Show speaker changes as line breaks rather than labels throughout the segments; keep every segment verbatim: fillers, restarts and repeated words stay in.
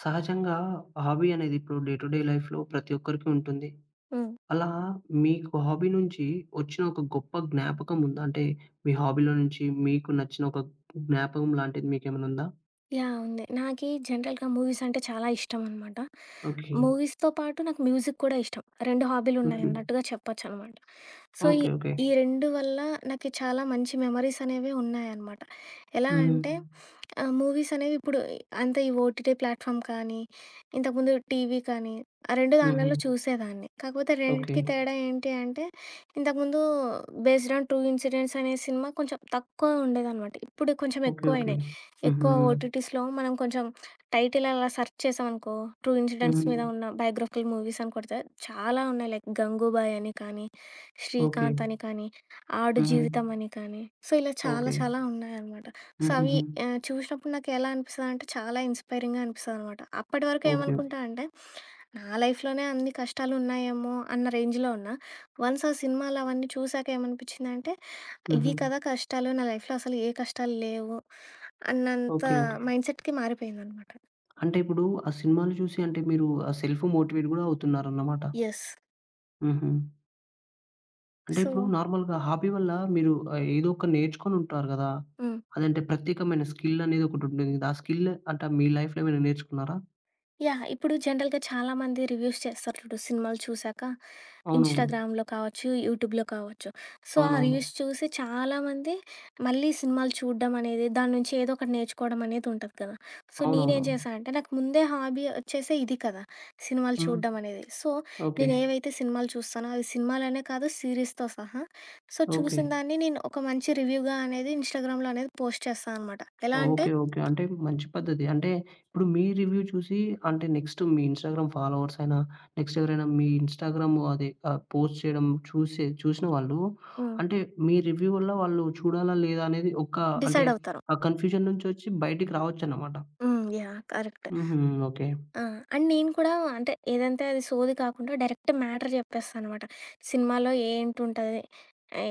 సహజంగా హాబీ అనేది ఇప్పుడు డే టు డే లైఫ్‌లో ప్రతి ఒక్కరికి ఉంటుంది.
హ్మ్.
అలా మీకు హాబీ నుంచి వచ్చిన ఒక గొప్ప జ్ఞాపకం ఉందా? అంటే మీ హాబీలో నుంచి మీకు నచ్చిన ఒక జ్ఞాపకం లాంటిది మీకేమైనా ఉందా?
యాహ్! ఉంది. నాకీ జనరల్‌గా మూవీస్ అంటే చాలా ఇష్టమనమాట.
ఓకే.
మూవీస్‌తో పాటు నాకు మ్యూజిక్ కూడా ఇష్టం. రెండు
హుహు.
హాబీలున్నాయన్నట్టుగా చెప్పొచ్చనమాట. సో, ఈ
ఓకే. ఓకే.
ఈ రెండు వల్ల నాకి చాలా మంచి మెమరీస్ అనేవి ఉన్నాయనమాట. ఎలా
హుహు.
అంటే ఆహ్, మూవీస్ అనేవి ఇప్పుడు అంత ఈ ఓటీటీ ప్లాట్‌ఫామ్ కానీ, ఇంతకుముందు టీవీ కానీ, ఆ రెండు
హుహు.
దాన్లలో చూసేదాన్ని. కాకపోతే
ఓకే.
రెండిటికి తేడా ఏంటి అంటే, ఇంతకుముందు 'బేస్డ్ ఆన్ ట్రూ ఇన్సిడెంట్స్' అనే సినిమా కొంచెం తక్కువ ఉండేదనమాట. ఇప్పుడు కొంచెం
ఓకే. ఓకే.
ఎక్కువయినాయి.
హుహు.
ఎక్కువ ఓటీటీస్‌లో మనం కొంచెం టైటిల్ అలా సెర్చ్ చేసామనుకో, ట్రూ ఇన్సిడెంట్స్
హుహు.
మీద ఉన్న బయోగ్రఫికల్ మూవీస్ అని కొడితే చాలా ఉన్నాయి. లైక్ 'గంగూబాయ్' అని కానీ,
ఓకే.
'శ్రీకాంత్' అని కానీ, 'ఆడు
హుహు.
జీవితం' అని కానీ, సో, ఇలా చాలా
ఓకే.
చాలా ఉన్నాయనమాట. సో, అవి
హుహుహు.
ఆహ్, చూసినప్పుడు నాకు ఎలా అనిపిస్తదంటే చాలా ఇన్‌స్పైరింగ్‌గా అనిపిస్తదనమాట. అప్పటి వరకు
ఓకే. ఓకే.
ఏమనుకుంటా అంటే, నా లైఫ్‌లోనే అన్ని కష్టాలున్నాయేమో అన్న రేంజ్‌లో ఉన్నా. వన్స్ ఆ సినిమాలవన్నీ చూసాక ఏమనిపించిందంటే
హుహు.
ఇవి కదా కష్టాలు. నా లైఫ్‌లో అసలు ఏ కష్టాలు లేవు అన్నంత
ఓకే. ఓకే.
మైండ్ సెట్‌కి మారిపోయిందనమాట.
అంటే ఇప్పుడు ఆ సినిమాలు చూసి అంటే మీరు ఆ సెల్ఫ్ మోటివేట్ గూడా అవుతున్నారన్నమాట.
యెస్.
హుహు. అంటే
సో,
ఇప్పుడు నార్మల్‌గా హాబీ వల్ల మీరు ఆహ్, ఏదో ఒక నేర్చుకొనుంటారు గదా!
హ్మ్.
అదంటే ప్రత్యేకమైన స్కిల్ అనేది ఒకటుంటుంది గదా! ఆ స్కిల్ అంటే మీ లైఫ్‌లో ఏమైనా నేర్చుకున్నారా?
యాహ్! ఇప్పుడు జనరల్‌గా చాలామంది రివ్యూస్ చేస్తారు చూడు సినిమాలు చూసాక.
అవునవును.
ఇన్‌స్టాగ్రామ్‌లో కావచ్చు, యూట్యూబ్‌లో కావచ్చు. సో, ఆ
అవునవును.
రీల్స్ చూసి చాలామంది మళ్ళీ సినిమాలు చూడడం అనేది, దాని నుంచి ఏదో ఒకటి నేర్చుకోవడం అనేదుంటది కదా! సో, నేనేం
అవునవునవును.
చేశా అంటే, నాకు ముందే హాబీ వచ్చేసి ఇది కదా! సినిమాలు
హ్మ్.
చూడడం అనేది. So,
okay.
నేను ఏవైతే సినిమాలు చూస్తానో, అవి సినిమాలనే కాదు సిరీస్‌తో సహా. So,
okay.
చూసిన దాన్ని నేను ఒక మంచి రివ్యూగా అనేది ఇన్‌స్టాగ్రామ్‌లో అనేది పోస్ట్ చేస్తా అనమాట. ఎలా అంటే
ఓకే. ఓకే. అంటే మంచి పద్ధతి. అంటే ఇప్పుడు మీ రివ్యూ చూసి అంటే నెక్స్ట్ మీ ఇన్‌స్టాగ్రామ్ ఫాలోవర్స్ అయినా, నెక్స్ట్ ఎవరైనా మీ ఇన్‌స్టాగ్రామ్ అది ఆహ్, పోస్ట్ చేయడం చూసే చూసిన వాళ్ళు
హ్మ్.
అంటే మీ రివ్యూ వల్ల వాళ్ళు చూడాలా లేదా అనేది ఒక అంటే
డిసైడ్ అవుతారు.
ఆ కన్‌ఫ్యూజన్ నుంచొచ్చి బయటికి రావచ్చన్నమాట.
హ్మ్. యాహ్! కరెక్ట్.
హుహు. ఓకే.
ఆ! అండ్ నేను కూడా అంటే ఏదంటే అది సోది కాకుండా డైరెక్ట్ మ్యాటర్ చెప్పేస్తా అనమాట. సినిమాలో ఏంటుంటది? ఏ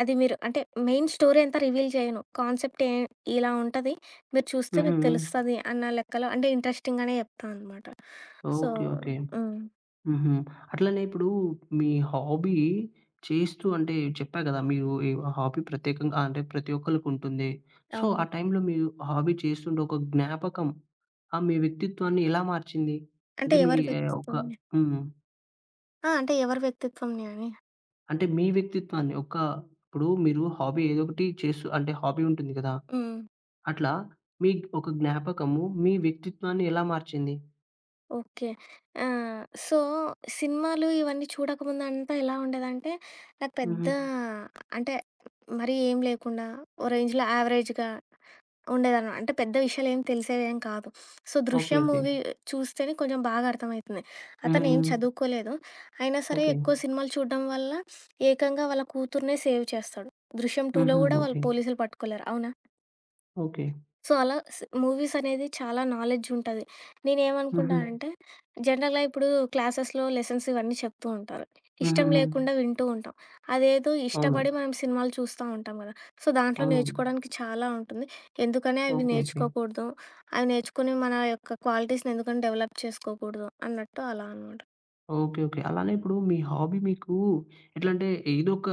అది మీరు అంటే మెయిన్ స్టోరీ అంతా రివీల్ చేయను. కాన్సెప్ట్ ఏ ఇలా ఉంటది. మీరు చూస్తే
హుహు.
మీకు
హ్మ్.
తెలుస్తది అన్న లెక్కలో అంటే ఇంట్రెస్టింగ్‌గానే చెప్తా అనమాట. So,
okay. ఓకే.
హ్మ్.
హుహు. అట్లనే ఇప్పుడు మీ హాబీ చేస్తూ అంటే చెప్పా గదా! మీరు ఈ హాబీ ప్రత్యేకంగా అంటే ప్రతి ఒక్కళ్ళకుంటుంది. సో, ఆ
అవును.
టైంలో మీరు హాబీ చేస్తుంటే ఒక జ్ఞాపకం ఆహ్, మీ వ్యక్తిత్వాన్ని ఎలా మార్చింది?
అంటే
అంటే మీ
ఎవరి
ఆహ్, ఒక
వ్యక్తిత్వంని?
హ్మ్.
ఆ! అంటే ఎవరి వ్యక్తిత్వంని అని.
అంటే మీ వ్యక్తిత్వాన్ని ఒక ఇప్పుడు మీరు హాబీ ఏదో ఒకటి చేస్తూ అంటే హాబీ ఉంటుంది గదా!
హ్మ్.
అట్లా మీ ఒక జ్ఞాపకము మీ వ్యక్తిత్వాన్ని ఎలా మార్చింది?
ఓకే. ఆహ్, సో, సినిమాలు ఇవన్నీ చూడకముందంతా ఎలా ఉండేదంటే, నాకు పెద్ద
హుహు.
అంటే, మరీ ఏం లేకుండా, ఓ రేంజ్‌లో యావరేజ్‌గా ఉండేదనమాట. అంటే, పెద్ద విషయాలేం తెలిసేవేం కాదు. So,
okay.
'Drishyam'
okay.
Movie చూస్తేనే కొంచెం బాగా అర్థమయితుంది.
హ్మ్.
అతనేం
హ్మ్.
చదువుకోలేదు. అయినా సరే
ఓకే.
ఎక్కువ సినిమాలు చూడడం వల్ల ఏకంగా వాళ్ళ కూతుర్నే సేవ్ చేస్తాడు. 'దృశ్యం టూ'
హుహు.
కూడా వాళ్ళు
ఓకే.
పోలీసులు పట్టుకోలేరు. అవునా?
ఓకే.
సో, అలా స్ మూవీస్ అనేది చాలా నాలెడ్జ్ ఉంటది. నేనేమనుకుంటా
హుహు.
అంటే, జనరల్‌గా ఇప్పుడు క్లాసెస్‌లో లెసన్స్ ఇవన్నీ చెప్తూ ఉంటారు. ఇష్టం
హుహుహు.
లేకుండా వింటూ ఉంటాం. అదేదో
అవును.
ఇష్టపడి మనం సినిమాలు చూస్తా ఉంటాం గదా! సో, దాంట్లో
అవునవును.
నేర్చుకోవడానికి చాలా ఉంటుంది. ఎందుకని అవి
ఓకే. ఓకే.
నేర్చుకోకూడదు, అవి నేర్చుకొని మన యొక్క క్వాలిటీస్‌ని ఎందుకని డెవలప్ చేసుకోకూడదు అన్నట్టు అలా అనమాట.
ఓకే. ఓకే. అలానే ఇప్పుడు మీ హాబీ మీకు ఎట్లంటే ఏదొక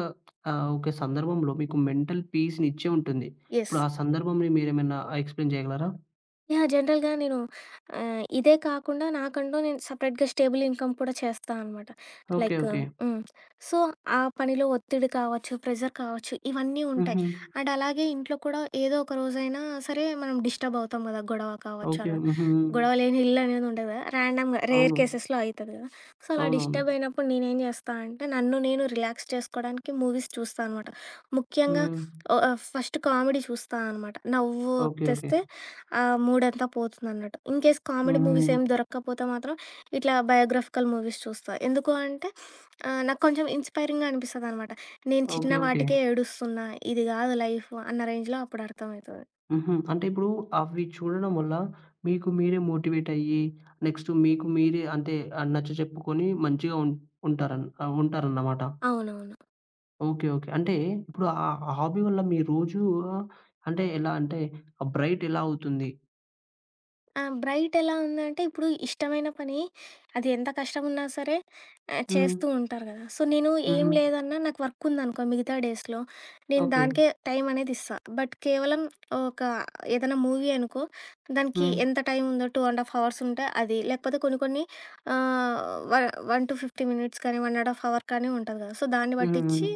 ఆహ్, ఒక సందర్భంలో మీకు మెంటల్ పీస్‌నిచ్చే ఉంటుంది.
యెస్.
ఇప్పుడు ఆ సందర్భంని మీరేమైనా ఎక్స్‌ప్లెయిన్ చేయగలరా?
యాహ్! జనరల్‌గా నేను ఆహ్, ఇదే కాకుండా నాకంటూ నేను సెపరేట్‌గా స్టేబుల్ ఇన్‌కమ్ కూడా చేస్తా అనమాట.
ఓకే.
Like
okay.
హ్మ్. సో, ఆ పనిలో ఒత్తిడి కావచ్చు, ప్రెషర్ కావచ్చు ఇవన్నీ ఉంటాయి.
హుహు.
అండ్ అలాగే ఇంట్లో కూడా ఏదో ఒక రోజైనా సరే మనం డిస్టర్బ్ అవుతాం గదా! గొడవ కావచ్చు
ఓకే.
అలా.
హుహు.
గొడవ లేని ఇల్లు అనేది ఉండదు గదా! ర్యాండమ్‌గా రేర్
అవును.
కేసెస్‌లో అయితది గదా! సో, అలా
అవునవును.
డిస్టర్బ్ అయినప్పుడు నేనేం జేస్తా అంటే నన్ను నేను రిలాక్స్ చేసుకోవడానికి మూవీస్ చూస్తా అనమాట. ముఖ్యంగా
హ్మ్.
ఓ ఆహ్, ఫస్ట్ కామెడీ చూస్తా అనమాట. నవ్వు
ఓకే. ఓకే.
తెస్తే ఆ మూడంతా పోతుందన్నట్టు. ఇన్ కేస్ కామెడీ
హుహు.
మూవీస్ ఏమి దొరక్కపోతే మాత్రం ఇట్లా బయోగ్రాఫికల్ మూవీస్ చూస్తా. ఎందుకు అంటే ఆహ్, నాకు కొంచెం ఇన్‌స్పైరింగ్‌గా అనిపిస్తదనమాట. నేను చిన్న
ఓకే. ఓకే.
వాటికే ఏడుస్తున్నా, ఇది గాదు లైఫ్ అన్న రేంజ్‌లో అప్పుడు అర్థమయితది.
హుహు. అంటే ఇప్పుడు అవి చూడడం వల్ల మీకు మీరే మోటివేట్ అయ్యి, నెక్స్ట్ మీకు మీరే అంటే ఆహ్, నచ్చ చెప్పుకొని మంచిగా ఉం ఉంటారన్ ఆహ్, ఉంటారన్నమాట.
అవునవును.
ఓకే. ఓకే. అంటే ఇప్పుడు ఆ హాబీ వల్ల మీ రోజు ఆ, అంటే ఎలా అంటే ఆహ్, బ్రైట్ ఎలా అవుతుంది?
ఆ! బ్రైట్ ఎలా ఉందంటే, ఇప్పుడు ఇష్టమైన పని అది ఎంత కష్టమున్నా సరే ఆహ్,
హ్మ్.
చేస్తూ ఉంటారు గదా! సో, నేను ఏం
హుహు.
లేదన్నా నాకు వర్క్ ఉందనుకో మిగతా డేస్‌లో, నేను
ఓకే.
దానికే టైం అనేది ఇస్తా. బట్ కేవలం ఒక ఏదైనా మూవీ అనుకో, దానికి
హ్మ్.
ఎంత టైం ఉందో రెండున్నర ½ అవర్స్ ఉంటే అది. లేకపోతే కొన్ని కొన్ని ఆహ్, వ వన్ ఫిఫ్టీ మినిట్స్ కానీ, ఒకటిన్నర ½ అవర్ కానీ ఉంటది గదా! సో, దాన్ని
హుహుహు.
బట్టిచ్చి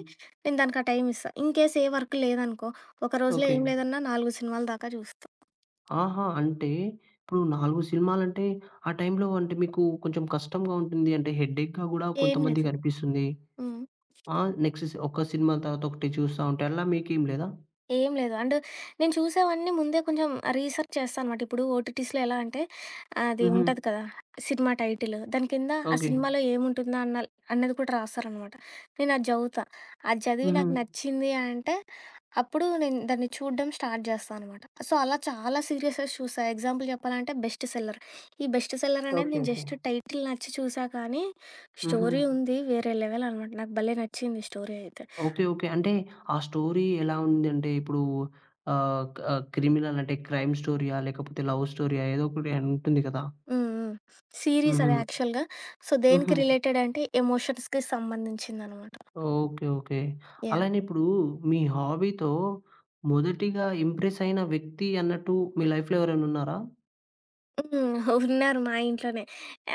నేను దానికి ఆ టైం ఇస్తా. ఇన్‌కేస్ ఏ వర్క్ లేదనుకో, ఒక రోజులో
ఓకే.
ఏం లేదన్నా నాలుగు సినిమాల దాకా జూస్తా.
ఆహా! అంటే ఇప్పుడు నాలుగు సినిమాలంటే ఆ టైంలో అంటే మీకు కొంచెం కష్టంగా ఉంటుంది. అంటే హెడ్‌ఏక్‌గా గూడా
ఏం లేదు.
కొంతమందికి అనిపిస్తుంది.
హ్మ్.
ఆ! నెక్స్ట్ సి ఒక సినిమా తర్వాత ఒకటి చూస్తా ఉంటే అలా మీకేం లేదా?
ఏం లేదు. అండ్ నేను చూసేవన్నీ ముందే కొంచెం రీసెర్చ్ చేస్తా అనమాట. ఇప్పుడు ఓటీటీస్‌లో ఎలా అంటే అది
హుహు.
ఉంటది కదా! సినిమా టైటిల్. దాని కింద ఆ
ఓకే.
సినిమాలో ఏముంటుందా అన్న అన్నది కూడా రాస్తారనమాట. నేను అది చదువుతా. అది చదివి
హుహు.
నాకు నచ్చింది అంటే అప్పుడు నేను దాన్ని చూడడం స్టార్ట్ చేస్తా అనమాట. సో, అలా చాలా సీరీసెస్ చూసా. ఎగ్జాంపుల్ చెప్పాలంటే 'బెస్ట్ సెల్లర్.' ఈ 'బెస్ట్ సెల్లర్' అనేది
ఓకే.
నేను
ఓకే.
జస్ట్ టైటిల్ నచ్చి చూసా కానీ
హుహు.
స్టోరీ ఉంది వేరే లెవెల్ అనమాట. నాకు భలే నచ్చింది స్టోరీ అయితే.
ఓకే. ఓకే. అంటే ఆ స్టోరీ ఎలా ఉందంటే ఇప్పుడు ఆహ్, క క్రిమినల్ అంటే క్రైమ్ స్టోరీయా? లేకపోతే లవ్ స్టోరీయా? ఏదో ఒకటి ఉంటుంది కదా!
హ్మ్. హ్మ్. సీరీస్
హుహు.
అది యాక్చువల్‌గా. సో, దేనికి
హుహు.
రిలేటెడ్ అంటే ఎమోషన్స్‌కి సంబంధించిందనమాట.
ఓకే. ఓకే. అలానే
యాహ్!
ఇప్పుడు మీ హాబీతో మొదటిగా ఇంప్రెస్ అయిన వ్యక్తి అన్నట్టు మీ లైఫ్‌లో ఎవరైనా ఉన్నారా?
హ్మ్. ఉన్నారు మా ఇంట్లోనే.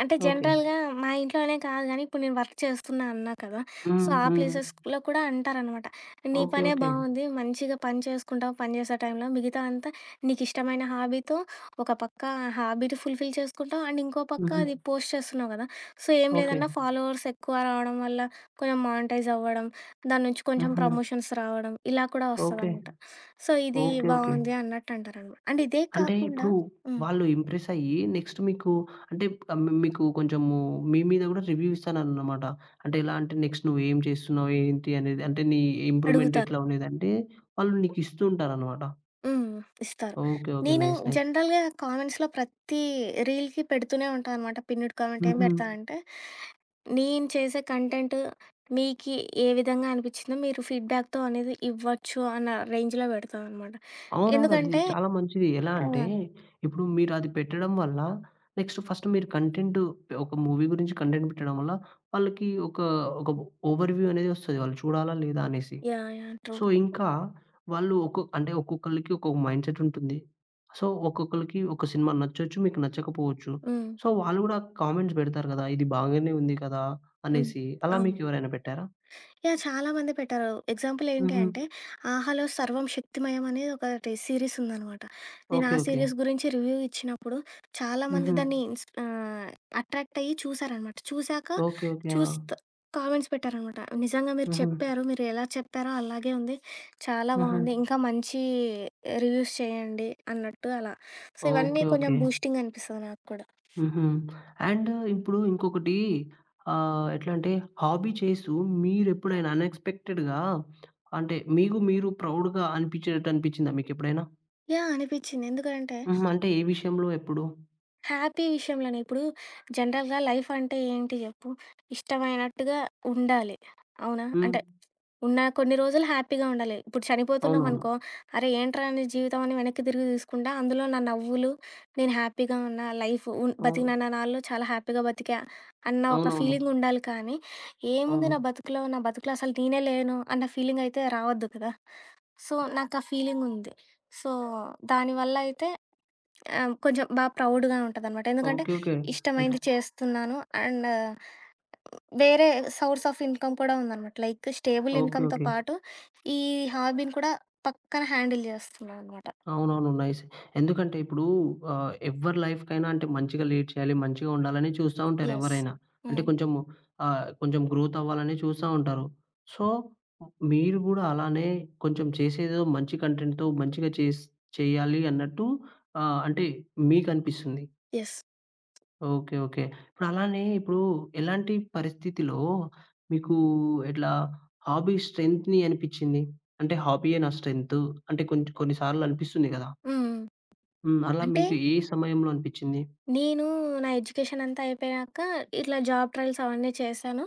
అంటే
ఓకే.
జనరల్‌గా మా ఇంట్లో అనే కాదు గానీ, ఇప్పుడు నేను వర్క్ చేస్తున్నా అన్నా కదా! సో,
హ్మ్.
ఆ
హ్మ్.
ప్లేసెస్‌లో కూడా అంటారనమాట. "నీ
ఓకే.
పనే
ఓకే.
బావుంది. మంచిగా పని చేసుకుంటావు పని చేసే టైంలో. మిగతా అంతా నీకిష్టమైన హాబీతో ఒక పక్క హాబీని ఫుల్‌ఫిల్ చేసుకుంటావు. అండ్ ఇంకో పక్క
హుహు.
అది పోస్ట్ చేస్తున్నావు కదా! సో, ఏం
ఓకే.
లేదన్నా ఫాలోవర్స్ ఎక్కువ రావడం వల్ల కొంచెం మానిటైజ్ అవ్వడం, దాని నుంచి కొంచెం
హుహు.
ప్రమోషన్స్ రావడం ఇలా కూడా
ఓకే.
వస్తదనమాట. సో, ఇది
ఓకే. ఓకే.
బావుంది" అన్నట్టు అంటారనమాట. అండ్ ఇదే
అంటే
కాకుండా
ఇప్పుడు
హ్మ్.
వాళ్ళు ఇంప్రెస్ అయ్యి నెక్స్ట్ మీకు అంటే ఆహ్, మీ మీకు కొంచెము మీ మీద గూడా రివ్యూ ఇస్తానన్నమాట. అంటే ఎలా అంటే నెక్స్ట్ నువ్వేం చేస్తున్నావు? ఏంటి? అనేది అంటే నీ ఇంప్రూవ్‌మెంట్
అడుగుతారు.
ఎట్లా ఉన్నదంటే వాళ్ళు నీకు ఇస్తూ ఉంటారన్నమాట.
హ్మ్. ఇస్తారు.
ఓకే. ఓకే.
నేను
నైస్. నైస్.
జనరల్‌గా కామెంట్స్‌లో ప్రతి రీల్‌కి పెడుతూనే ఉంటాననమాట. పిన్నుడు కామెంట్ ఏం
హుహు.
పెడతా అంటే, నేను చేసే కంటెంట్ మీకి ఏ విధంగా అనిపిచ్చిందో మీరు ఫీడ్‌బ్యాక్‌తో అనేది ఇవ్వచ్చు అన్న రేంజ్‌లో పెడతా అనమాట.
అవునవును. అది
ఎందుకంటే
చాలా మంచిది. ఎలా
ఆ!
అంటే ఇప్పుడు మీరు అది పెట్టడం వల్ల నెక్స్ట్ ఫస్ట్ మీరు కంటెంట్ ఒక మూవీ గురించి కంటెంట్ పెట్టడం వల్ల వాళ్ళకి ఒక ఒక ఓవర్‌వ్యూ అనేది ఒస్తది. వాళ్ళు చూడాలా? లేదా? అనేసి.
యాహ్! యాహ్! ట్రూ.
సో, ఇంకా వాళ్ళు ఒక్కొ అంటే ఒక్కొక్కళ్ళకి ఒక్కొక్క మైండ్‌సెట్ ఉంటుంది. సో, ఒక్కొక్కళ్ళకి ఒక సినిమా నచ్చొచ్చు, మీకు నచ్చకపోవచ్చు.
హ్మ్.
సో, వాళ్ళు గూడా కామెంట్స్ బెడతారు గదా! ఇది బాగానే ఉంది కదా!
హ్మ్.
అనేసి. అలా
అవును.
మీకెవరైనా పెట్టారా?
యాహ్! చాలా మంది పెట్టారు. ఎగ్జాంపుల్ ఏంటి
హుహు.
అంటే 'ఆహాలో' 'సర్వం శక్తిమయం' అనేది ఒకటి సీరీస్ ఉందనమాట. నేను ఆ
ఓకే. ఓకే.
సీరీస్ గురించి రివ్యూ ఇచ్చినప్పుడు చాలామంది
హుహు.
దాన్ని ఇన్స్ ఆహ్, అట్రాక్ట్ అయ్యి చూసారనమాట. చూసాక
ఓకే. ఓకే. ఆ!
చూస్త్ కామెంట్స్ పెట్టారనమాట. నిజంగా మీరు
హుహు.
చెప్పారు. మీరు ఎలా చెప్పారో అలాగే ఉంది. చాలా
హుహు.
బాగుంది. ఇంకా మంచి రివ్యూస్ చేయండి అన్నట్టు అలా. సో, ఇవన్నీ
ఓకే.
కొంచెం
ఓకే.
బూస్టింగ్ అనిపిస్తది నాకు కూడా.
హుహు. అండ్ ఇప్పుడు ఇంకొకటి ఆహ్, ఎట్లా అంటే హాబీ చేస్తూ మీరెప్పుడైనా అన్‌ఎక్స్‌పెక్టెడ్‌గా అంటే మీకు మీరు ప్రౌడ్‌గా అనిపించేటట్టు అనిపించిందా మీకెప్పుడైనా?
యాహ్! అనిపిచ్చింది. ఎందుకంటే
హ్మ్. అంటే ఏ విషయంలో? ఎప్పుడు?
హ్యాపీ విషయంలోనే. ఇప్పుడు జనరల్‌గా లైఫ్ అంటే ఏంటి జెప్పు? ఇష్టమైనట్టుగా ఉండాలి. అవునా?
హ్మ్.
అంటే ఉన్న కొన్ని రోజులు హ్యాపీగా ఉండాలి. ఇప్పుడు
అవునవును.
చనిపోతున్నామనుకో, అరే! ఏంట్రా నీ జీవితం అని వెనక్కి తిరిగి తీసుకుంటా, అందులో నా నవ్వులు, నేను హ్యాపీగా ఉన్నా, లైఫ్ ఉన్
అవును.
బతికినన్ని నాళ్ళు చాలా హ్యాపీగా బతికా అన్న ఒక
అవునవును.
ఫీలింగ్ ఉండాలి కానీ, ఏముంది
అవును.
నా బతుకులో, నా బతుకులో అసలు నేనే లేను అన్న ఫీలింగ్ అయితే రావద్దు కదా! సో, నాకు ఆ ఫీలింగ్ ఉంది. సో, దానివల్ల అయితే ఆ! కొంచెం బా ప్రౌడ్‌గా ఉంటదనమాట. ఎందుకంటే
ఓకే. ఓకే. అంటే
ఇష్టమైంది చేస్తున్నాను. అండ్ వేరే సోర్స్ ఆఫ్ ఇన్‌కమ్ కూడా ఉందనమాట. Like stable
okay.
ఇన్‌కమ్‌తో
ఓకే.
పాటు ఈ హాబీని కూడా పక్కన హ్యాండిల్ చేస్తున్నాననమాట.
అవునవును. నైస్. ఎందుకంటే ఇప్పుడు ఆహ్, ఎవ్వరి లైఫ్‌కైనా అంటే మంచిగా లీడ్ చేయాలి, మంచిగా ఉండాలని చూస్తా ఉంటారు
యెస్.
ఎవరైనా. అంటే
హ్మ్.
కొంచెము ఆహ్, కొంచెం గ్రోత్ అవ్వాలని చూస్తా ఉంటారు. సో, మీరు గూడా అలానే కొంచెం చేసేదో మంచి కంటెంట్‌తో మంచిగా చేస్ చేయాలి అన్నట్టు ఆహ్, అంటే మీకనిపిస్తుంది.
యెస్.
ఓకే. ఓకే. ఇప్పుడలానే ఇప్పుడు ఎలాంటి పరిస్థితిలో మీకు ఇట్లా హాబీ స్ట్రెంగ్త్‌ని అనిపిచ్చింది? అంటే హాబీయే నా స్ట్రెంగ్త్ అంటే కొంచెం కొన్ని సార్లు అనిపిస్తుంది గదా!
హ్మ్.
హ్మ్. అలా
అంటే
మీకు ఏ సమయంలో అనిపిచ్చింది?
నేను నా ఎడ్యుకేషన్ అంతా అయిపోయాక ఇట్లా జాబ్ ట్రయల్స్ అవన్నీ చేశాను.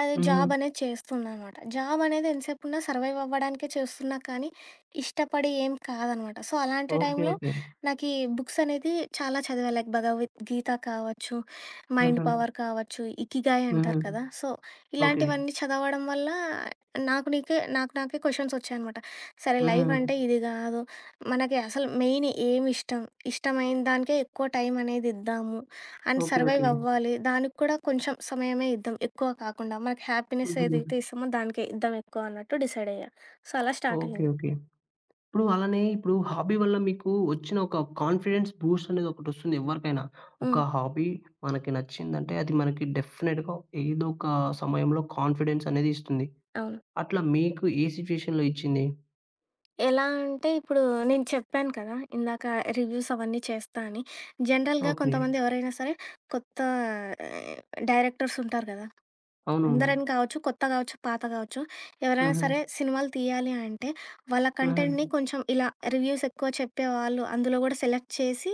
అది
హుహు.
జాబ్ అనేది చేస్తున్నానమాట. జాబ్ అనేది ఎంతసేపు ఉన్నా సర్వైవ్ అవ్వడానికే చేస్తున్నా కానీ, ఇష్టపడి ఏం కాదనమాట. సో, అలాంటి
ఓకే.
టైంలో
ఓకే.
నాకీ బుక్స్ అనేది చాలా చదివా. లైక్ భగవద్గీత కావచ్చు, మైండ్
హుహు.
పవర్ కావచ్చు, ఇకిగాయ్
హుహు.
అంటారు కదా! So,
okay.
ఇలాంటివన్నీ చదవడం వల్ల నాకు నీకే నాకు నాకే క్వెషన్స్ వచ్చాయనమాట. సరే లైఫ్
హుహు.
అంటే ఇది గాదు. మనకి అసలు మెయిన్ ఏమి ఇష్టం, ఇష్టమైన దానికే ఎక్కువ టైం అనేది ఇద్దాము. And
okay.
Survive
okay.
అవ్వాలి. దానికి కూడా కొంచెం సమయమే ఇద్దాం. ఎక్కువ కాకుండా. మనకి హ్యాపీనెస్
హుహు.
ఏదైతే ఇస్తామో దానికే ఇద్దాం ఎక్కువ అన్నట్టు డిసైడ్ అయ్యా. సో, అలా స్టార్ట్
ఓకే.
అయింది.
ఓకే. ఇప్పుడు అలానే ఇప్పుడు హాబీ వల్ల మీకు వచ్చిన ఒక కాన్ఫిడెన్స్ బూస్ట్ అనేది ఒకటొస్తుంది ఎవరికైనా.
హ్మ్.
ఒక హాబీ మనకి నచ్చిందంటే అది మనకి డెఫినిట్‌గా ఏదో ఒక సమయంలో కాన్ఫిడెన్స్ అనేది ఇస్తుంది.
అవును.
అట్లా మీకు ఏ సిట్యుయేషన్‌లో ఇచ్చింది?
ఎలా అంటే ఇప్పుడు నేను చెప్పాను కదా! ఇందాక రివ్యూస్ అవన్నీ చేస్తా అని. జనరల్‌గా
ఓకే.
కొంతమంది ఎవరైనా సరే కొత్త ఆహ్, డైరెక్టర్స్ ఉంటారు కదా!
అవునవును.
అందరని కావచ్చు, కొత్త గావచ్చు, పాత గావచ్చు, ఎవరైనా
హుహు.
సరే సినిమాలు తీయాలి అంటే వాళ్ళ
హుహు.
కంటెంట్‌ని కొంచెం ఇలా రివ్యూస్ ఎక్కువ చెప్పేవాళ్ళు అందులో గూడా సెలెక్ట్ చేసి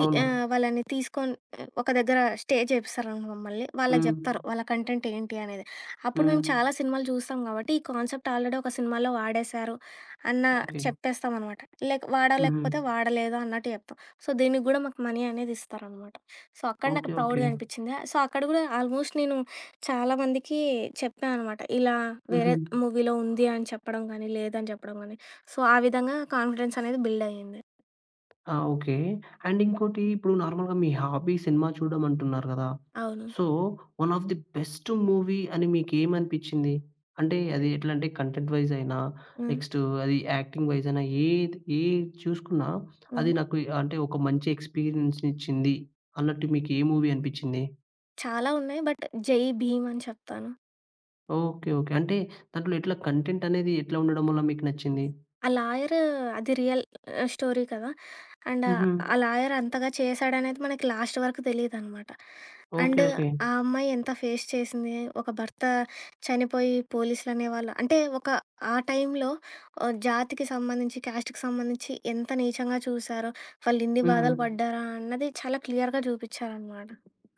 తి
అవును.
ఆహ్, వాళ్ళని తీసుకొని ఒక దగ్గర స్టే చేపిస్తారనమాట మమ్మల్ని. వాళ్ళకి
హ్మ్.
జెప్తారు. వాళ్ళ కంటెంట్ ఏంటి అనేది. అప్పుడు మేము
హ్మ్.
చాలా సినిమాలు చూస్తాం గాబట్టి, ఈ కాన్సెప్ట్ ఆల్రెడీ ఒక సినిమాలో వాడేశారు అన్న
ఓకే.
చెప్పేస్తామనమాట. లేక
హుహు.
వాడలేకపోతే వాడలేదు అన్నట్టు జెప్తాం. సో, దీనికి గూడా మాకు మనీ అనేది ఇస్తారనమాట. సో, అక్కడ నాకు
ఓకే. ఓకే.
ప్రౌడ్‌గా అనిపిచ్చింది. సో, అక్కడ గూడా ఆల్మోస్ట్ నేను చాలా మందికి చెప్పా అనమాట. ఇలా వేరే
హుహు.
మూవీలో ఉంది అని చెప్పడం గానీ, లేదని చెప్పడం గానీ. సో, ఆ విధంగా కాన్ఫిడెన్స్ అనేది బిల్డ్ అయ్యింది.
ఆ! ఓకే. అండ్ ఇంకోటి ఇప్పుడు నార్మల్‌గా మీ హాబీ సినిమా చూడడం అంటున్నారు గదా!
అవును.
So, one of the best movie అని మీకేమనిపిచ్చింది? అంటే అది ఎట్లంటే కంటెంట్ వైస్ అయినా,
హ్మ్.
నెక్స్ట్ అది యాక్టింగ్ వైస్ అయినా ఏది ఏది చూసుకున్నా
హ్మ్.
అది నాకు అంటే ఒక మంచి ఎక్స్‌పీరియన్స్‌నిచ్చింది అన్నట్టు మీకు ఏ మూవీ అనిపిచ్చింది?
చాలా ఉన్నాయి. బట్ 'జై భీమ్' అని చెప్తాను.
ఓకే. ఓకే. అంటే దాంట్లో ఎట్లా కంటెంట్ అనేది ఎట్లా ఉండడం వల్ల మీకు నచ్చింది?
ఆ లాయర్ అది రియల్ ఆహ్, స్టోరీ కదా! అండ్
హుహు.
ఆ లాయర్ అంతగా చేశాడనేది మనకి లాస్ట్ వరకు తెలీదనమాట. And
okay.
ఓకే.
ఓకే.
ఆ అమ్మాయి ఎంత ఫేస్ చేసింది. ఒక భర్త చనిపోయి పోలీసులనేవాళ్ళు అంటే ఒక ఆ టైంలో ఆహ్, జాతికి సంబంధించి, క్యాస్ట్‌కి సంబంధించి ఎంత నీచంగా చూసారో, వాళ్ళిన్ని
హ్మ్.
బాధలు పడ్డారా అన్నది చాలా క్లియర్‌గా చూపిచ్చారనమాట.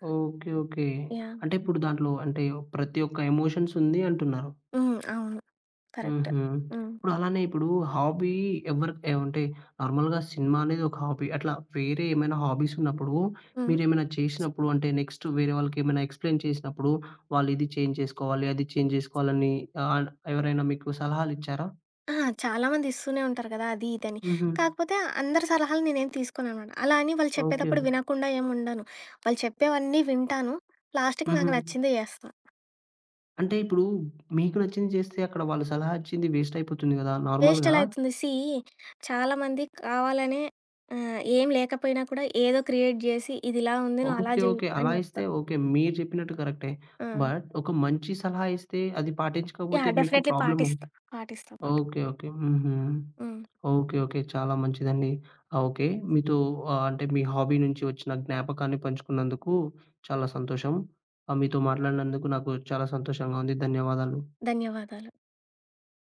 ఓకే. ఓకే.
యాహ్!
అంటే ఇప్పుడు దాంట్లో అంటే ప్రతి ఒక్క ఎమోషన్స్ ఉంది అంటున్నారు.
హ్మ్. అవును. కరెక్ట్.
హుహు.
హ్మ్.
ఇప్పుడు అలానే ఇప్పుడు హాబీ ఎవరి ఆహ్, అంటే నార్మల్‌గా సినిమా అనేది ఒక హాబీ. అట్లా వేరే ఏమైనా హాబీస్ ఉన్నప్పుడు
హ్మ్.
మీరేమైనా చేసినప్పుడు అంటే నెక్స్ట్ వేరే వాళ్ళకేమైనా ఎక్స్‌ప్లెయిన్ చేసినప్పుడు వాళ్ళు ఇది చేంజ్ చేసుకోవాలి, అది చేంజ్ చేసుకోవాలని ఆహ్, ఎవరైనా మీకు సలహాలిచ్చారా?
ఆ! చాలా మంది ఇస్తూనే ఉంటారు కదా! అది ఇదని.
హుహు.
కాకపోతే అందరి సలహాలు నేనేం తీసుకోననమాట. అలా అని వాళ్ళు
ఓకే.
చెప్పేటప్పుడు
ఓకే.
వినకుండా ఏమి ఉండను. వాళ్ళు చెప్పేవన్నీ వింటాను. లాస్ట్‌కి
హుహు.
నాకు నచ్చిందే చేస్తా.
అంటే ఇప్పుడు మీకు నచ్చింది చేస్తే అక్కడ వాళ్ళు సలహా ఇచ్చింది వేస్ట్ అయిపోతుంది గదా!
వేస్ట్
నార్మల్‌గా
ఎలా అయితుంది? సీ చాలామంది కావాలనే ఆహ్, ఏం లేకపోయినా కూడా ఏదో క్రియేట్ జేసి ఇదిలా ఉంది నువ్వు అలా
ఓకే.
జెయి
ఓకే. అలా
అని
ఇస్తే
చెప్తారు.
ఓకే. మీరు చెప్పినట్టు కరెక్టే.
ఆ!
బట్ ఒక మంచి సలహా ఇస్తే అది పాటించకపోతే
యాహ్!
మీకు
డెఫినెట్‌లీ
ప్రాబ్లమ్ అవు
పాటిస్తా. పాటిస్తా మాట.
ఓకే. ఓకే. హుహు.
హ్మ్.
ఓకే. ఓకే. చాలా మంచిదండి. ఆ! ఓకే. మీతో ఆహ్, అంటే మీ హాబీ నుంచి వచ్చిన జ్ఞాపకాన్ని పంచుకున్నందుకు చాలా సంతోషం. ఆహ్, మీతో మాట్లాడినందుకు నాకు చాలా సంతోషంగా ఉంది. ధన్యవాదాలు.
ధన్యవాదాలు.